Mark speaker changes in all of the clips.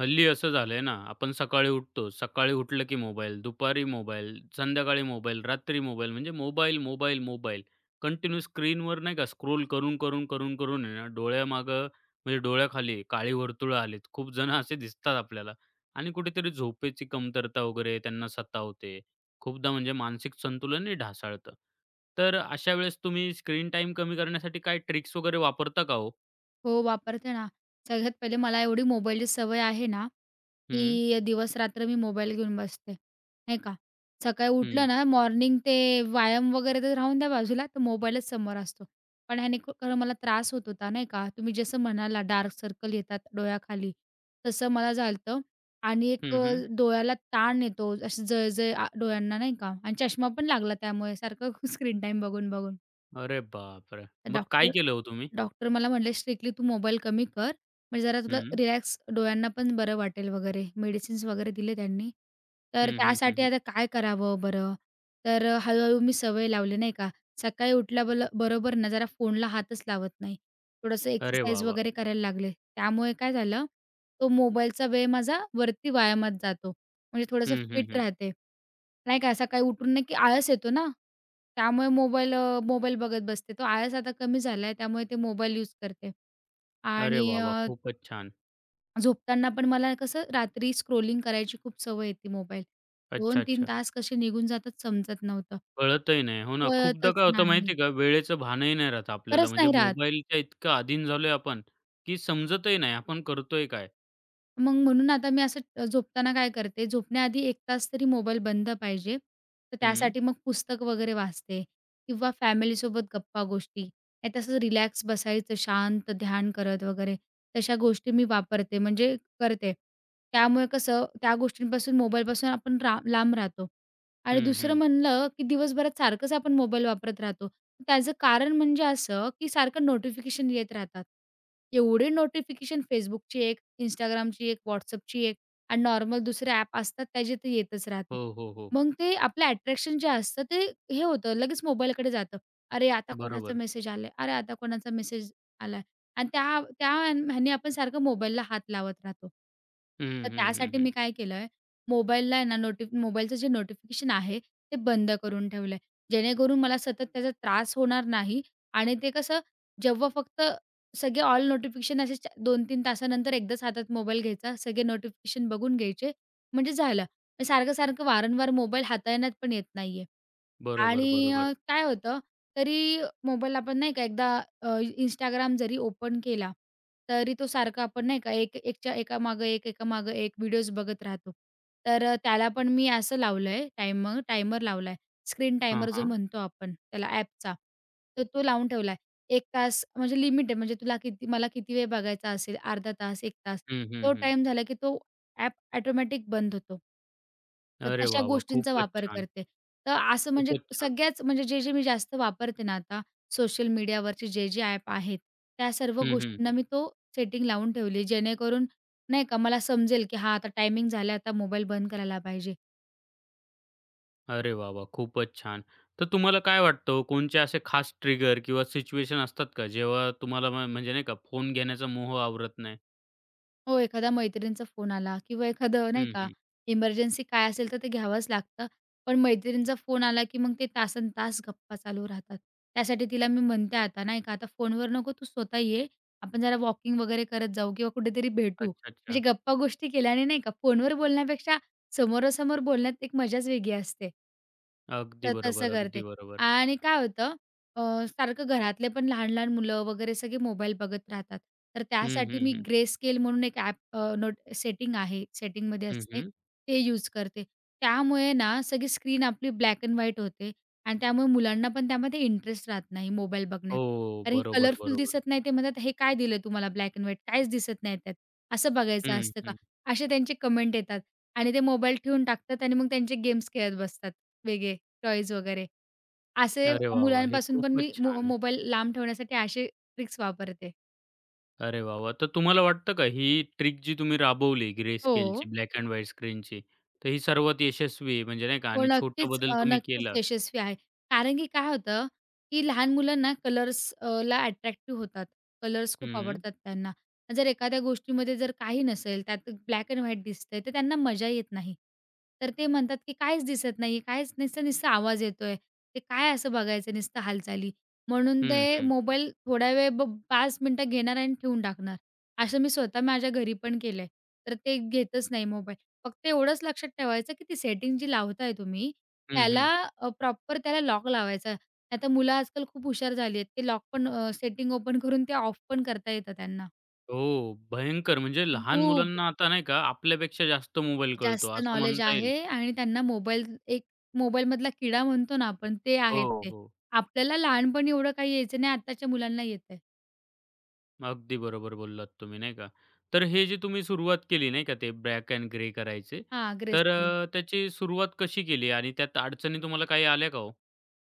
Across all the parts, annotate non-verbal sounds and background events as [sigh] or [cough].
Speaker 1: हल्ली असं झालंय ना, आपण सकाळी उठतो. सकाळी उठलं की मोबाईल, दुपारी मोबाईल, संध्याकाळी मोबाईल, रात्री मोबाईल म्हणजे मोबाईल, मोबाईल, मोबाईल. कंटिन्यू स्क्रीनवर नाही का स्क्रोल करून, करून, करून, करून आहे ना डोळ्यामागं म्हणजे डोळ्याखाली काळी वर्तुळं आलीत. खूप जण असे दिसतात आपल्याला आणि कुठेतरी झोपेची कमतरता वगैरे त्यांना सतावते. खूपदा म्हणजे मानसिक संतुलनही ढासळतं. तर अशा वेळेस तुम्ही स्क्रीन टाईम कमी करण्यासाठी काय ट्रिक्स वगैरे वापरता का हो?
Speaker 2: हो, वापरते ना. सगळ्यात पहिले मला एवढी मोबाईलची सवय आहे ना,
Speaker 1: हं,
Speaker 2: की दिवस-रात्र मी मोबाईल घेऊन बसते, नाही का. सकाळी
Speaker 1: हं.
Speaker 2: उठलं ना, मॉर्निंग ते व्यायाम वगैरे तर राहून द्या बाजूला, तर मोबाईलच समोर असतो. पण ह्याने खूप खरं मला त्रास होत होता, नाही का. तुम्ही जसं म्हणाला डार्क सर्कल येतात डोळ्याखाली, तसं मला झालतं आणि एक
Speaker 1: हं, हं.
Speaker 2: डोळ्याला ताण येतो, अशी जळजळ डोळ्यांना, नाही का आणि चष्मा पण लागला त्यामुळे सारखं [laughs] स्क्रीन टाईम बघून-बघून.
Speaker 1: अरे बापरे!
Speaker 2: तर
Speaker 1: मग काय
Speaker 2: डॉक्टर
Speaker 1: केलं हो तुम्ही?
Speaker 2: डॉक्टर मला म्हणाले, "स्ट्रिक्टली तू मोबाईल कमी कर, म्हणजे जरा तुला
Speaker 1: हं.
Speaker 2: रिलॅक्स डोळ्यांना पण बरं वाटेल वगैरे." मेडिसिन्स वगैरे दिले त्यांनी. तर
Speaker 1: हं, हं, हं,
Speaker 2: त्यासाठी
Speaker 1: हं.
Speaker 2: आता काय करावं बरं? तर हळू मी सवय लावली नाही का. सकाळी उठल्या बरोबर ना जरा फोनला हातच लावत नाही. थोडंसं
Speaker 1: अरे वाह,
Speaker 2: एक्सरसाइज
Speaker 1: वाह!
Speaker 2: वगैरे करायला लागले. त्यामुळे काय झालं, तो मोबाईलचा वेळ माझा वरती व्यायामात जातो. म्हणजे थोडंसं
Speaker 1: हं, हं,
Speaker 2: फिट
Speaker 1: हं.
Speaker 2: राहते. नाही का सकाळी उठून नाही की आळस येतो ना, त्यामुळे मोबाईल बघत बसते. तो आळस आता कमी झालाय त्यामुळे ते मोबाईल यूज करते.
Speaker 1: अरे
Speaker 2: आणि
Speaker 1: वाह, वाह! खूपच छान.
Speaker 2: झोपताना पण मला कसं रात्री स्क्रोलिंग करायची खूप सवय आहे मोबाईल.
Speaker 1: अच्छा,
Speaker 2: 2-3
Speaker 1: अच्छा.
Speaker 2: तास कसे निघून जातात समजत नव्हतं.
Speaker 1: कळतही नाही. हो ना, खूपदा
Speaker 2: कळतच
Speaker 1: काय होतं
Speaker 2: नाही.
Speaker 1: माहिती आहे का, वेळेचं भानही नाही राहत आपल्याला.
Speaker 2: खरंच
Speaker 1: म्हणजे
Speaker 2: नाही राहत.
Speaker 1: मोबाईलच्या इतकं अधीन झालोय आपण, की समजतही नाही आपण करतोय काय?
Speaker 2: मग म्हणून आता मी असं झोपताना काय करते, झोपण्याआधी 1 तास तरी मोबाईल बंद पाहिजे. तर
Speaker 1: हं.
Speaker 2: त्यासाठी मग पुस्तक वगैरे वाचते किंवा फॅमिलीसोबत गप्पा-गोष्टी, नाही तर असं रिलॅक्स बसायचं शांत ध्यान करत वगैरे, तशा गोष्टी मी वापरते म्हणजे करते. त्यामुळे कसं त्या गोष्टींपासून मोबाईलपासून आपण लांब राहतो. आणि
Speaker 1: हं,
Speaker 2: दुसरं
Speaker 1: हं.
Speaker 2: म्हणलं, की दिवसभरात सारखंच आपण मोबाईल वापरत राहतो. त्याचं कारण म्हणजे असं, की सारखं नोटिफिकेशन येत राहतात. एवढे नोटिफिकेशन Facebookची एक, Instagramची एक, WhatsAppची एक आणि नॉर्मल दुसरे ॲप असतात त्याचे ते येतच राहते.
Speaker 1: हो, हो, हो.
Speaker 2: मग ते आपलं अट्रॅक्शन जे असतं ते हे होतं, लगेच मोबाईलकडे जातं. अरे, आता कोणाचा
Speaker 1: बरोबर.
Speaker 2: मेसेज आलाय, अरे, आता कोणाचा मेसेज आलाय आणि त्या त्या ह्याने आपण सारखं मोबाईलला हात लावत राहतो.
Speaker 1: हं,
Speaker 2: तर
Speaker 1: हं, हं,
Speaker 2: त्यासाठी
Speaker 1: हं.
Speaker 2: मी काय केलंय, मोबाईलला आहे ना मोबाईलचं जे नोटिफिकेशन आहे ते बंद करून ठेवलंय. जेणेकरून मला सतत त्याचा त्रास होणार नाही आणि ते कसं जेव्हा फक्त सगळे ऑल नोटिफिकेशन असे च 2-3 तासानंतर एकदाच हातात मोबाईल घ्यायचा, सगळे नोटिफिकेशन बघून घ्यायचे म्हणजे झालं. सारखं-सारखं वारंवार मोबाईल हाताळण्यात पण येत नाहीये.
Speaker 1: बरोबर,
Speaker 2: आणि
Speaker 1: बरोबर.
Speaker 2: काय होतं, तरी मोबाईल आपण नाही का अ, Instagram जरी ओपन केला, तरी तो सारखा आपण नाही का एकच्या एकामागं एक, एकामागं एक व्हिडिओज बघत राहतो. तर त्याला पण मी असं लावलंय टायमर लावलाय. स्क्रीन
Speaker 1: हां,
Speaker 2: टायमर जो
Speaker 1: हां.
Speaker 2: म्हणतो आपण त्याला ॲपचा, तर तो लावून ठेवलाय. 1 तास म्हणजे लिमिट आहे म्हणजे तुला किती मला किती वेळ बघायचा असेल, अर्धा तास, 1 तास.
Speaker 1: हं, हं,
Speaker 2: तो
Speaker 1: हं.
Speaker 2: टाईम झाला की तो ॲप ऑटोमॅटिक बंद होतो. तर
Speaker 1: अरे
Speaker 2: तशा
Speaker 1: वाह, वाह!
Speaker 2: गोष्टींचा
Speaker 1: खूपच
Speaker 2: वापर
Speaker 1: छान,
Speaker 2: करते. तर असं म्हणजे
Speaker 1: खूपच छान.
Speaker 2: सगळ्याच म्हणजे जे-जे मी जास्त वापरते ना आता सोशल मीडियावरचे जे-जे ॲप आहेत, त्या सर्व
Speaker 1: हं, हं.
Speaker 2: गोष्टींना मी तो सेटिंग लावून ठेवली. जेणेकरून नाही का मला समजेल, की हा आता टायमिंग झाला, आता मोबाईल बंद करायला पाहिजे.
Speaker 1: अरे वाह, वाह! खूपच छान. तर तुम्हाला काय वाटतं हो, असे खास ट्रिगर किंवा सिच्युएशन असतात का, जेव्हा तुम्हाला म्हणजे नाही का फोन घेण्याचा मोह आवरत नाही?
Speaker 2: हो, एखादा मैत्रिणीचा फोन आला किंवा एखादं नाही
Speaker 1: हं,
Speaker 2: का,
Speaker 1: हं.
Speaker 2: इमर्जन्सी काय असेल तर ते घ्यावंच लागतं. पण मैत्रिणीचा फोन आला की मग ते तासन तास गप्पा चालू राहतात. त्यासाठी तिला मी म्हणते आता नाही का, आता फोनवर नको तू स्वतः ये. आपण जरा वॉकिंग वगैरे करत जाऊ किंवा कुठेतरी भेटू.
Speaker 1: अच्छा,
Speaker 2: म्हणजे
Speaker 1: अच्छा.
Speaker 2: गप्पा गोष्टी केल्याने नाही का, फोनवर बोलण्यापेक्षा समोरासमोर बोलण्यात एक मजाच वेगळी असते.
Speaker 1: अगदी
Speaker 2: तर तसं
Speaker 1: बरोबर,
Speaker 2: करते.
Speaker 1: अगदी बरोबर.
Speaker 2: आणि अ, सारखं घरातले पण लहान-लहान मुलं वगैरे सगळे मोबाईल बघत राहतात. तर
Speaker 1: हं,
Speaker 2: त्यासाठी मी
Speaker 1: हं, हं.
Speaker 2: ग्रे स्केल म्हणून एक ॲप सेटिंग आहे, सेटिंगमध्ये
Speaker 1: हं,
Speaker 2: असते.
Speaker 1: हं.
Speaker 2: ते यूज करते. त्यामुळे ना सगळी स्क्रीन आपली ब्लॅक एंड व्हाईट होते आणि त्यामुळे मुलांना पण त्यामध्ये इंटरेस्ट राहत नाही मोबाईल बघण्यात.
Speaker 1: हो.
Speaker 2: कारण
Speaker 1: बरोबर,
Speaker 2: कलरफुल
Speaker 1: बरोबर.
Speaker 2: दिसत नाही ते म्हणतात, "हे काय दिलं तुम्हाला ब्लॅक एंड व्हाईट? काहीच दिसत नाही त्यात. असं बघायचं
Speaker 1: हं,
Speaker 2: असतं का?"
Speaker 1: हं.
Speaker 2: असे त्यांचे कमेंट येतात आणि ते मोबाईल ठेवून टाकतात आणि मग त्यांचे गेम्स खेळत बसतात वेगळे. टॉयज वगैरे. असे
Speaker 1: अरे वाह, वाह! हे
Speaker 2: मुलांपासून पण मी
Speaker 1: खूपच छान आहे.
Speaker 2: मोबाईल लांब ठेवण्यासाठी असे ट्रिक्स वापरते.
Speaker 1: अरे वाह, वाह! तर तुम्हाला वाटतं का ही ट्रिक जी तुम्ही राबवली ग्रे
Speaker 2: हो.
Speaker 1: स्केलची, ब्लॅक अँड व्हाईट स्क्रीनची, तर ही सर्वात यशस्वी आहे म्हणजे नाही का
Speaker 2: हो,
Speaker 1: आणि छोटा बदल तुम्ही
Speaker 2: नक्कीच
Speaker 1: केला.
Speaker 2: यशस्वी आहे. कारण की काय होतं, की लहान मुलांना ला अट्रॅक्टिव्ह होतात. कलर्स खूप
Speaker 1: हं.
Speaker 2: आवडतात त्यांना. जर एखाद्या गोष्टीमध्ये जर काही नसेल, त्यात ब्लॅक एंड व्हाईट दिसतंय, तर त्यांना मजा येत नाही. तर ते म्हणतात, की काहीच दिसत नाही, काहीच नुसता-नुसता आवाज येतोय. ते काय असं बघायचं नुसतं हालचाली. म्हणून
Speaker 1: हं,
Speaker 2: ते
Speaker 1: हं.
Speaker 2: मोबाईल थोडा वेळ 5 मिनिटं घेणार आणि ठेवून टाकणार. असं मी स्वतः माझ्या घरी पण केलंय. तर ते घेतच नाही मोबाईल. फक्त एवढंच लक्षात ठेवायचं, की ती सेटिंग जी लावताय तुम्ही,
Speaker 1: हं,
Speaker 2: त्याला
Speaker 1: हं.
Speaker 2: प्रॉपर त्याला लॉक लावायचा. नाहीतर मुलं आजकाल खूप हुशार झाली आहेत. ते सेटिंग ओपन करून ते ऑफ पण करता येतं त्यांना.
Speaker 1: हो, भयंकर म्हणजे लहान
Speaker 2: खूप.
Speaker 1: मुलांना आता नाही का आपल्यापेक्षा जास्त मोबाईल कळतो
Speaker 2: जास्त
Speaker 1: असं
Speaker 2: नॉलेज
Speaker 1: म्हणता
Speaker 2: आहे
Speaker 1: येईल.
Speaker 2: आणि त्यांना मोबाईल एक मोबाईलमधला किडा म्हणतो ना आपण, ते
Speaker 1: हो,
Speaker 2: आहेत ते.
Speaker 1: हो.
Speaker 2: आपल्याला लहानपणी एवढं काही यायचं नाही, आत्ताच्या मुलांना येतंय.
Speaker 1: अगदी बरोबर बोललात तुम्ही नाही का. तर हे जी तुम्ही सुरुवात केली नाही का ते ब्लॅक एंड ग्रे करायचे,
Speaker 2: हां, ग्रेस
Speaker 1: तर त्याची सुरुवात कशी केली आणि त्यात अडचणी तुम्हाला काही आल्या का हो?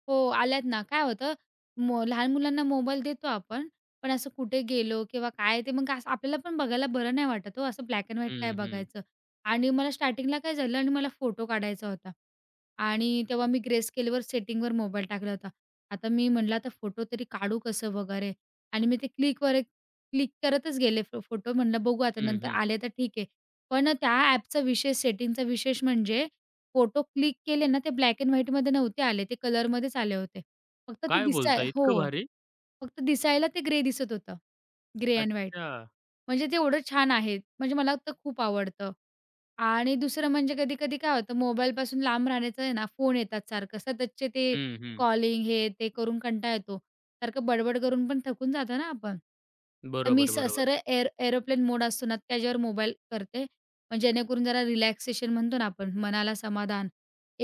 Speaker 2: हो, आल्यात ना. काय होतं, लहान मुलांना मोबाईल देतो आपण, पण असं कुठे गेलो किंवा काय ते मग असं आपल्याला पण बघायला बरं नाही वाटत हो, असं ब्लॅक एंड व्हाईट काय
Speaker 1: हं, हं.
Speaker 2: बघायचं. आणि मला स्टार्टिंगला काय झालं आणि मला फोटो काढायचा होता आणि तेव्हा मी ग्रेस्केलवर सेटिंगवर मोबाईल टाकला होता. आता मी म्हटलं, "आता फोटो तरी काढू कसं वगैरे?" आणि मी ते क्लिकवर क्लिक करतच गेले फोटो. म्हटलं, "बघू आता
Speaker 1: हं,
Speaker 2: नंतर
Speaker 1: हं.
Speaker 2: आले तर ठीक आहे." पण त्या ॲपचा विशेष सेटिंगचा विशेष म्हणजे फोटो क्लिक केले ना, ते ब्लॅक एंड व्हाईटमध्ये नव्हते आले, ते कलरमध्येच आले होते. फक्त ते
Speaker 1: काय बोलता
Speaker 2: हो.
Speaker 1: इतकं भारी?
Speaker 2: फक्त दिसायला ते ग्रे दिसत होतं. Grey and white.
Speaker 1: अच्छा.
Speaker 2: म्हणजे ते एवढं छान आहे. म्हणजे मला तर खूप आवडतं. आणि दुसरं म्हणजे कधी-कधी काय होतं मोबाईलपासून लांब राहण्याचं आहे ना, फोन येतात सारखं सततचे ते
Speaker 1: हं, हं.
Speaker 2: कॉलिंग हे ते करून कंटाळा येतो. सारखं बडबड करून पण थकून जातो ना आपण. तर मी
Speaker 1: बरोबर, बरोबर.
Speaker 2: सरळ एरोप्लेन मोड असतो ना, त्याच्यावर मोबाईल करते. म्हणजे जेणेकरून जरा रिलॅक्सेशन म्हणतो ना आपण, मनाला समाधान,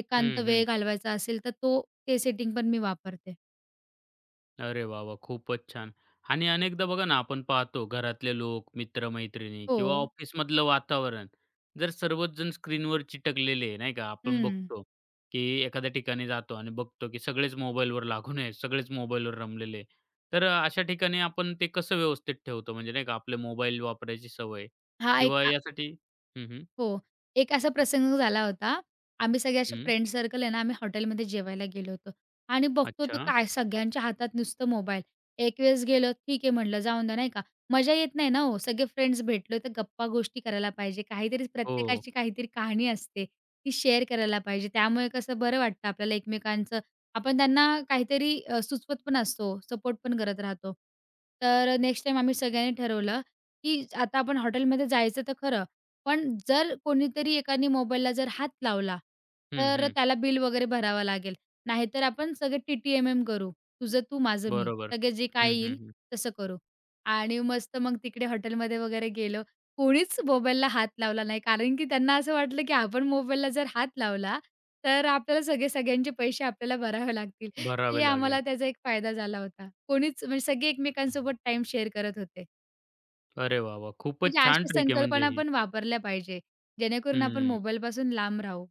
Speaker 2: एकांत
Speaker 1: हं,
Speaker 2: वेळ
Speaker 1: हं.
Speaker 2: घालवायचा असेल तर ते सेटिंग पण मी वापरते.
Speaker 1: अरे वाह, वाह! खूपच छान. आणि अनेकदा बघा ना, आपण पाहतो घरातले लोक, मित्र-मैत्रिणी
Speaker 2: हो.
Speaker 1: किंवा ऑफिसमधलं वातावरण जर सर्वच जण स्क्रीनवर चिटकलेले आहे, नाही का? आपण
Speaker 2: हं.
Speaker 1: बघतो, की एखाद्या ठिकाणी जातो आणि बघतो, की सगळेच मोबाईलवर लागून आहे, सगळेच मोबाईलवर रमलेले आहे. तर अशा ठिकाणी आपण ते कसं व्यवस्थित ठेवतो? म्हणजे नाही का आपले मोबाईल वापरायची सवय
Speaker 2: हा एक
Speaker 1: किंवा
Speaker 2: आ
Speaker 1: यासाठी हं, हं.
Speaker 2: हो. एक असा प्रसंग झाला होता. आम्ही सगळे असे
Speaker 1: हं.
Speaker 2: फ्रेंड सर्कल आहे ना, आम्ही हॉटेलमध्ये जेवायला गेलो होतो आणि बघतो तर
Speaker 1: अच्छा.
Speaker 2: काय सगळ्यांच्या हातात नुसतं मोबाईल. एक वेळेस गेलो, ठीक आहे म्हटलं जाऊन द्या नाही का. मजा येत नाही ना हो, सगळे फ्रेंड्स भेटलो तर गप्पा गोष्टी करायला पाहिजे. काहीतरी
Speaker 1: हो.
Speaker 2: प्रत्येकाची काहीतरी कहाणी असते, ती शेअर करायला पाहिजे. त्यामुळे कसं बरं वाटतं आपल्याला एकमेकांचं. आपण त्यांना सुचवत पण असतो, सपोर्ट पण करत राहतो. तर नेक्स्ट टाईम आम्ही सगळ्यांनी ठरवलं, की आता आपण हॉटेलमध्ये जायचं तर खरं. पण जर कोणीतरी एकाने मोबाईलला जर हात लावला,
Speaker 1: हं,
Speaker 2: तर
Speaker 1: हं.
Speaker 2: त्याला बिल वगैरे भरावा लागेल. नाहीतर आपण सगळे टी-टी-एम-एम करू. तुझं तू, माझं मी.
Speaker 1: बरोबर.
Speaker 2: सगळे जे काय
Speaker 1: हं, हं,
Speaker 2: येईल
Speaker 1: हं.
Speaker 2: तसं करू. आणि मस्त मग तिकडे हॉटेलमध्ये वगैरे गेलो. कोणीच मोबाईलला हात लावला नाही. कारण की त्यांना असं वाटलं, की आपण मोबाईलला जर हात लावला, तर आपल्याला सगळे सगळ्यांचे पैसे आपल्याला भरावे लागतील. ते
Speaker 1: भरावे
Speaker 2: आम्हाला
Speaker 1: लागेल.
Speaker 2: त्याचा एक फायदा झाला होता. कोणीच म्हणजे सगळे एकमेकांसोबत टाईम शेअर करत होते.
Speaker 1: अरे वाह, वाह!
Speaker 2: म्हणजे
Speaker 1: खूपच छान
Speaker 2: अशा
Speaker 1: ट्रिक आहे म्हणजे
Speaker 2: संकल्पना
Speaker 1: ही.
Speaker 2: पण वापरल्या पाहिजे, जेणेकरून आपण
Speaker 1: हम्म.
Speaker 2: मोबाईलपासून लांब राहू.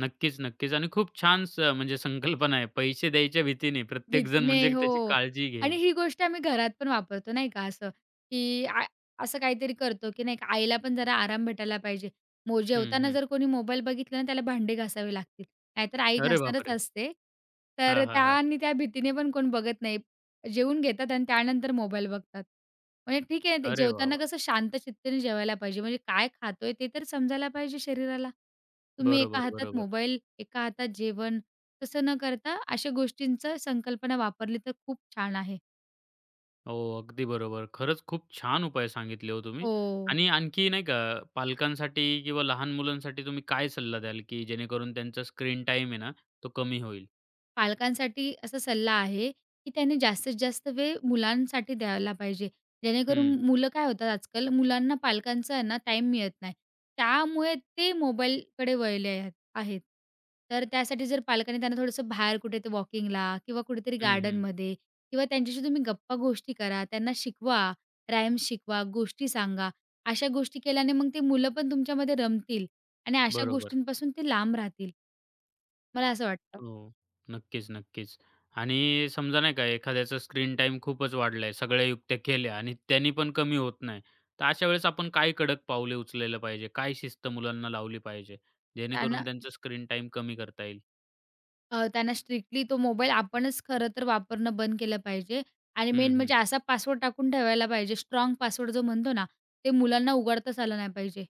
Speaker 1: नक्कीच, नक्कीच आणि खूप छान म्हणजे संकल्पना आहे. पैसे द्यायच्या भीतीने प्रत्येकजण
Speaker 2: भीतीने
Speaker 1: म्हणजे त्याची
Speaker 2: हो.
Speaker 1: काळजी
Speaker 2: आणि
Speaker 1: घेईल.
Speaker 2: ही गोष्ट आम्ही घरात पण वापरतो नाही का असं, की आ असं काहीतरी करतो, की नाही का आईला पण जरा आराम भेटायला पाहिजे.
Speaker 1: हं,
Speaker 2: जेवताना
Speaker 1: हं.
Speaker 2: जर कोणी मोबाईल बघितला ना त्याला भांडे घासावे लागतील. नाहीतर आई
Speaker 1: अरे
Speaker 2: घासणारच
Speaker 1: बापरे!
Speaker 2: असते. तर
Speaker 1: हां, हां,
Speaker 2: त्या
Speaker 1: हां.
Speaker 2: आणि त्या भीतीने पण कोण बघत नाही. जेवून घेतात आणि त्यानंतर मोबाईल बघतात. म्हणजे ठीक आहे ते
Speaker 1: अरे वाह,
Speaker 2: जेवताना
Speaker 1: वाह!
Speaker 2: कसं शांत चित्तेने जेवायला पाहिजे. म्हणजे काय खातोय ते तर समजायला पाहिजे शरीराला. तुम्ही एका
Speaker 1: बरोबर,
Speaker 2: हातात
Speaker 1: बरोबर.
Speaker 2: मोबाईल, एका हातात जेवण तसं न करता अशा गोष्टींचा संकल्पना वापरली तर खूप छान आहे.
Speaker 1: हो, अगदी बरोबर. खरंच खूप छान उपाय सांगितले हो तुम्ही
Speaker 2: हो.
Speaker 1: आणि आणखी नाही का पालकांसाठी किंवा लहान मुलांसाठी तुम्ही काय सल्ला द्याल, की जेणेकरून त्यांचा स्क्रीन टाइम आहे ना, तो कमी होईल?
Speaker 2: पालकांसाठी असा सल्ला आहे, की त्यांनी जास्तीत जास्त वेळ मुलांसाठी द्यायला पाहिजे. जेणेकरून
Speaker 1: हं,
Speaker 2: मुलं काय होतात आजकाल, मुलांना पालकांचा आहे ना टाईम मिळत नाही. त्यामुळे ते मोबाईलकडे वळले आहेत आहेत. तर त्यासाठी जर पालकांनी त्यांना थोडंसं बाहेर कुठे ते वॉकिंगला किंवा कुठेतरी
Speaker 1: हं, हं.
Speaker 2: गार्डनमध्ये किंवा त्यांच्याशी तुम्ही गप्पा-गोष्टी करा, त्यांना शिकवा, राईम्स शिकवा, गोष्टी सांगा. अशा गोष्टी केल्याने मग ते मुलं पण तुमच्यामध्ये रमतील आणि अशा
Speaker 1: बरोबर.
Speaker 2: गोष्टींपासून ते लांब राहतील. मला असं वाटतं.
Speaker 1: हो. नक्कीच, नक्कीच. आणि समजा नाही का एखाद्याचा स्क्रीन टाईम खूपच वाढलाय, सगळ्या युक्त्या केल्या आणि त्यांनी पण कमी होत नाही. तर अशा वेळेस आपण काय कडक पावले उचलायला पाहिजे? काय शिस्त मुलांना लावली पाहिजे?
Speaker 2: त्यांना
Speaker 1: जेणेकरून त्यांचा स्क्रीन टाईम कमी करता येईल?
Speaker 2: त्यांना स्ट्रिक्टली तो मोबाईल आपणच खरं तर वापरणं बंद केलं पाहिजे आणि
Speaker 1: हं,
Speaker 2: मेन
Speaker 1: हं.
Speaker 2: म्हणजे असा पासवर्ड टाकून ठेवायला पाहिजे, स्ट्राँग पासवर्ड जो म्हणतो ना, ते मुलांना उघडताच आलं नाही पाहिजे.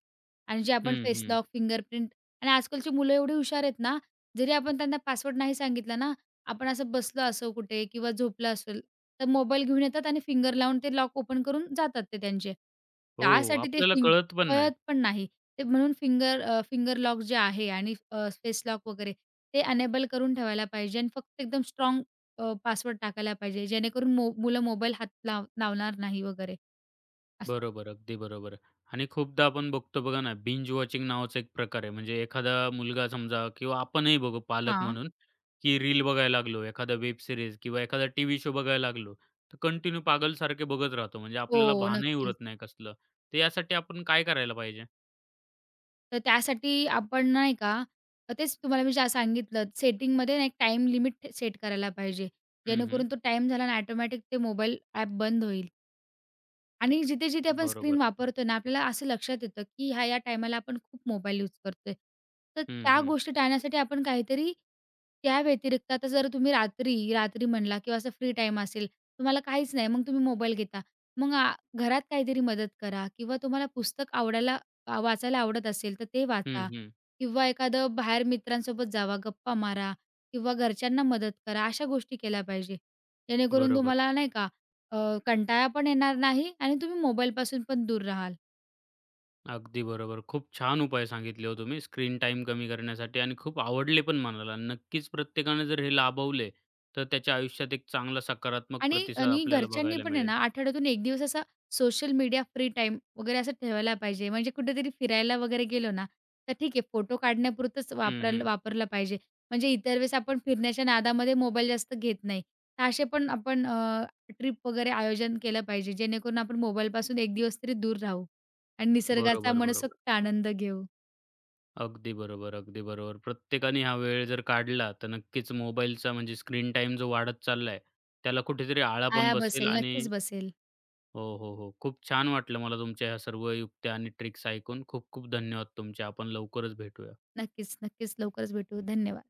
Speaker 2: आणि जे आपण
Speaker 1: हं,
Speaker 2: फेस
Speaker 1: हं.
Speaker 2: लॉक, फिंगरप्रिंट आणि आजकालची मुलं एवढी हुशार आहेत ना, जरी आपण त्यांना पासवर्ड नाही सांगितला ना, आपण असं बसलो असो कुठे किंवा झोपलं असेल, तर मोबाईल घेऊन येतात आणि फिंगर लावून ते लॉक ओपन करून जातात ते त्यांचे.
Speaker 1: हो.
Speaker 2: त्यासाठी ते
Speaker 1: आपल्याला कळत पण नाही.
Speaker 2: कळत पण नाही. ते म्हणून फिंगर लॉक जे आहे आणि फेस लॉक वगैरे ते अनेबल करून ठेवायला पाहिजे आणि फक्त एकदम पासवर्ड टाकायला पाहिजे, जेणेकरून मुलं मोबाईल हात लाव लावणार नाही वगैरे. असं.
Speaker 1: बरोबर. अगदी बरोबर. आणि खूपदा आपण बघतो बघा ना, बिंज वॉचिंग नावाचा एक प्रकार आहे. म्हणजे एखादा मुलगा समजा किंवा आपणही बघू पालक
Speaker 2: हां.
Speaker 1: म्हणून की रील बघायला लागलो, एखादा वेब सीरीज किंवा एखादा टीव्ही शो बघायला लागलो, तर कंटिन्यू पागलसारखे बघत राहतो. म्हणजे
Speaker 2: हो,
Speaker 1: आपल्याला भानही
Speaker 2: नक्कीच.
Speaker 1: उरत नाही कसलं. तर यासाठी आपण काय करायला पाहिजे?
Speaker 2: तर त्यासाठी आपण नाही का तेच तुम्हाला मी जे सांगितलं सेटिंगमध्ये ना एक टाईम लिमिट सेट करायला पाहिजे.
Speaker 1: हं, हं.
Speaker 2: जेणेकरून तो टाईम झाला आणि ऑटोमॅटिक ते मोबाईल ॲप बंद होईल. आणि जिथे-जिथे आपण स्क्रीन
Speaker 1: बरोबर.
Speaker 2: वापरतोय ना, आपल्याला असं लक्षात येतं, की ह्या, या टायमाला आपण खूप मोबाईल यूज करतोय. तर
Speaker 1: हं,
Speaker 2: त्या
Speaker 1: हं.
Speaker 2: गोष्टी टाळण्यासाठी आपण काहीतरी त्या व्यतिरिक्त आता जर तुम्ही रात्री, रात्री म्हणला किंवा असं फ्री टाईम असेल, तुम्हाला काहीच नाही, मग तुम्ही मोबाईल घेता. मग आ घरात काहीतरी मदत करा किंवा तुम्हाला वाचायला आवडत असेल, तर ते
Speaker 1: हं,
Speaker 2: वाचा
Speaker 1: हं.
Speaker 2: किंवा एखादं बाहेर मित्रांसोबत जावा, गप्पा मारा किंवा घरच्यांना मदत करा. अशा गोष्टी केल्या पाहिजे. जेणेकरून
Speaker 1: बरोबर.
Speaker 2: तुम्हाला नाही का कंटाळा पण येणार नाही आणि तुम्ही मोबाईलपासून पण दूर राहाल
Speaker 1: अगदी बरोबर. खूप छान उपाय सांगितले हो तुम्ही स्क्रीन टाईम कमी करण्यासाठी आणि खूप आवडले पण मला. नक्कीच प्रत्येकाने जर हे लाभवले, तर त्याच्या आयुष्यात एक चांगला सकारात्मक
Speaker 2: आणि
Speaker 1: प्रतिसाद
Speaker 2: आणि
Speaker 1: आपल्याला
Speaker 2: घरच्यांनी
Speaker 1: बघायला
Speaker 2: पण आहे
Speaker 1: मिळेल.
Speaker 2: ना आठवड्यातून एक दिवस असा सोशल मीडिया फ्री टाईम वगैरे असं ठेवायला पाहिजे. म्हणजे कुठेतरी फिरायला वगैरे गेलो ना, तर ठीक आहे फोटो काढण्यापुरतंच
Speaker 1: हं, हं.
Speaker 2: वापरला पाहिजे. म्हणजे इतर वेळेस आपण फिरण्याच्या नादामध्ये मोबाईल जास्त घेत नाही. तर असे पण आपण ट्रिप वगैरे आयोजन केलं पाहिजे, जेणेकरून आपण मोबाईलपासून एक दिवस तरी दूर राहू आणि निसर्गाचा
Speaker 1: बरोबर, बरोबर.
Speaker 2: मनसोक्त आनंद घेऊ.
Speaker 1: अगदी बरोबर, अगदी बरोबर. प्रत्येकाने हा वेळ जर काढला, तर नक्कीच मोबाईलचा म्हणजे स्क्रीन टाइम जो वाढत चाललाय, त्याला कुठेतरी आळा पण
Speaker 2: आळा
Speaker 1: बसेल
Speaker 2: बसेल,
Speaker 1: आणि
Speaker 2: नक्कीच बसेल.
Speaker 1: हो, हो, हो. खूप छान वाटलं मला तुमच्या ह्या सर्व युक्त्या आणि ट्रिक्स ऐकून. खूप खूप धन्यवाद तुमचे. आपण लवकरच भेटूया.
Speaker 2: नक्कीच, नक्कीच लवकरच भेटू. धन्यवाद.